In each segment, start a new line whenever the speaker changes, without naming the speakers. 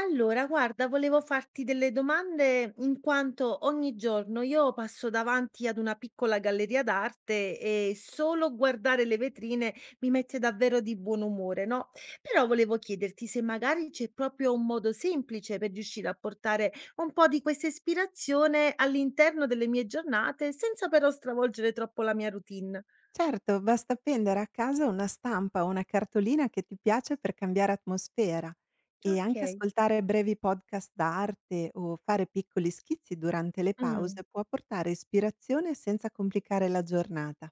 Allora, guarda, volevo farti delle domande in quanto ogni giorno io passo davanti ad una piccola galleria d'arte e solo guardare le vetrine mi mette davvero di buon umore, no? Però volevo chiederti se magari c'è proprio un modo semplice per riuscire a portare un po' di questa ispirazione all'interno delle mie giornate senza però stravolgere troppo la mia routine.
Certo, basta appendere a casa una stampa o una cartolina che ti piace per cambiare atmosfera e anche
Ok.
ascoltare brevi podcast d'arte o fare piccoli schizzi durante le
Mm.
pause può portare ispirazione senza complicare la giornata.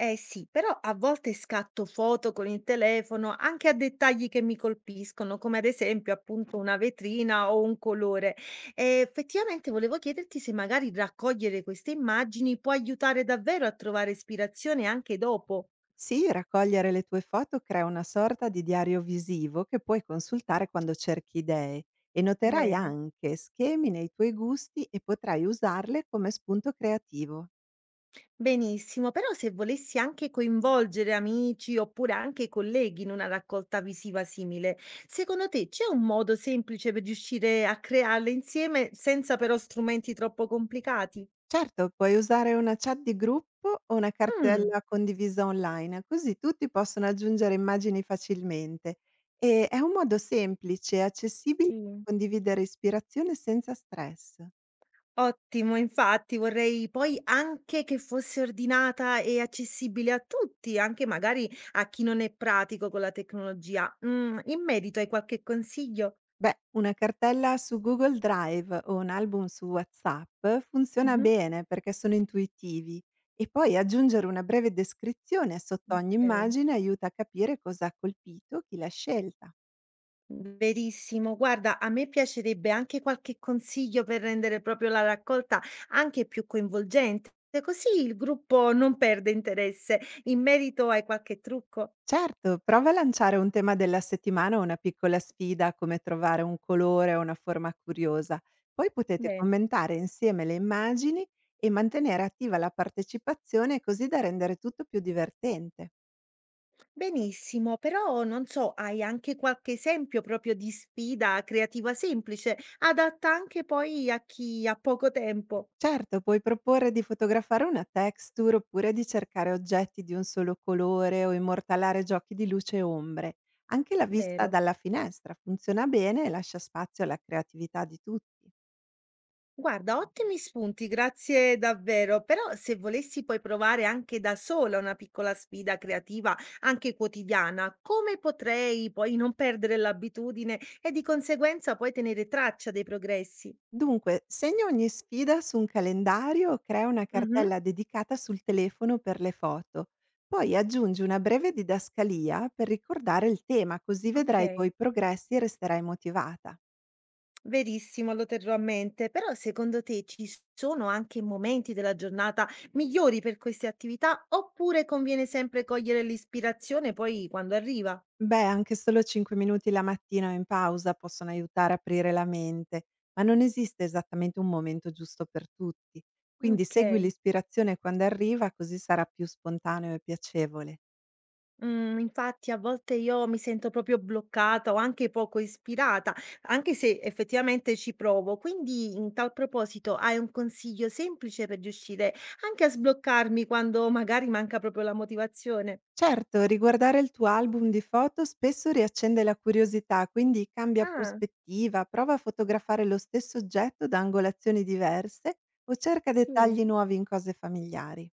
Eh sì, però a volte scatto foto con il telefono anche a dettagli che mi colpiscono, come ad esempio appunto una vetrina o un colore. E effettivamente volevo chiederti se magari raccogliere queste immagini può aiutare davvero a trovare ispirazione anche dopo.
Sì, raccogliere le tue foto crea una sorta di diario visivo che puoi consultare quando cerchi idee e noterai
Bene.
anche schemi nei tuoi gusti e potrai usarle come spunto creativo.
Benissimo, però se volessi anche coinvolgere amici oppure anche colleghi in una raccolta visiva simile, secondo te c'è un modo semplice per riuscire a crearle insieme senza però strumenti troppo complicati?
Certo, puoi usare una chat di gruppo o una
Mh,
cartella condivisa online, così tutti possono aggiungere immagini facilmente. E è un modo semplice e accessibile per
sì.
condividere ispirazione senza stress.
Ottimo, infatti vorrei poi anche che fosse ordinata e accessibile a tutti, anche magari a chi non è pratico con la tecnologia. Mhmm, in merito hai qualche consiglio?
Beh, una cartella su Google Drive o un album su WhatsApp funziona
Mh-mh,
bene perché sono intuitivi, e poi aggiungere una breve descrizione sotto ogni
okay.
immagine aiuta a capire cosa ha colpito chi l'ha scelta.
Verissimo. Guarda, a me piacerebbe anche qualche consiglio per rendere proprio la raccolta anche più coinvolgente, così il gruppo non perde interesse. In merito hai qualche trucco?
Certo, prova a lanciare un tema della settimana o una piccola sfida, come trovare un colore o una forma curiosa. Poi potete
Bene.
commentare insieme le immagini e mantenere attiva la partecipazione, così da rendere tutto più divertente.
Benissimo, però non so, hai anche qualche esempio proprio di sfida creativa semplice, adatta anche poi a chi ha poco tempo?
Certo, puoi proporre di fotografare una texture, oppure di cercare oggetti di un solo colore o immortalare giochi di luce e ombre. Anche la vista
Vero.
dalla finestra funziona bene e lascia spazio alla creatività di tutti.
Guarda, ottimi spunti, grazie davvero. Però se volessi poi provare anche da sola una piccola sfida creativa, anche quotidiana, come potrei poi non perdere l'abitudine e di conseguenza poi tenere traccia dei progressi?
Dunque, segna ogni sfida su un calendario o crea una
Mhm.
cartella dedicata sul telefono per le foto. Poi aggiungi una breve didascalia per ricordare il tema, così vedrai i
Ok.
tuoi progressi e resterai motivata.
Verissimo, lo terrò a mente, però secondo te ci sono anche momenti della giornata migliori per queste attività oppure conviene sempre cogliere l'ispirazione poi quando arriva?
Beh, anche solo 5 minuti la mattina o in pausa possono aiutare a aprire la mente, ma non esiste esattamente un momento giusto per tutti. Quindi
Ok.
segui l'ispirazione quando arriva, così sarà più spontaneo e piacevole.
Mm, infatti a volte io mi sento proprio bloccata o anche poco ispirata, anche se effettivamente ci provo. Quindi in tal proposito hai un consiglio semplice per riuscire anche a sbloccarmi quando magari manca proprio la motivazione?
Certo, riguardare il tuo album di foto spesso riaccende la curiosità, quindi cambia
Ah,
prospettiva, prova a fotografare lo stesso oggetto da angolazioni diverse o cerca
sì.
dettagli nuovi in cose familiari.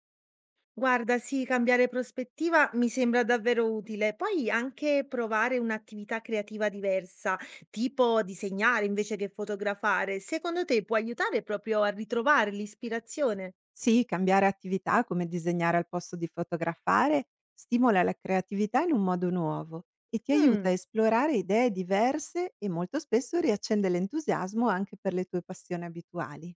Guarda, sì, cambiare prospettiva mi sembra davvero utile. Poi anche provare un'attività creativa diversa, tipo disegnare invece che fotografare, secondo te può aiutare proprio a ritrovare l'ispirazione?
Sì, cambiare attività come disegnare al posto di fotografare stimola la creatività in un modo nuovo e ti aiuta a
Mm,
esplorare idee diverse, e molto spesso riaccende l'entusiasmo anche per le tue passioni abituali.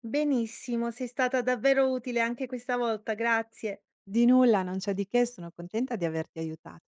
benissimo, sei stata davvero utile anche questa volta, grazie.
Di nulla, non c'è di che, sono contenta di averti aiutato.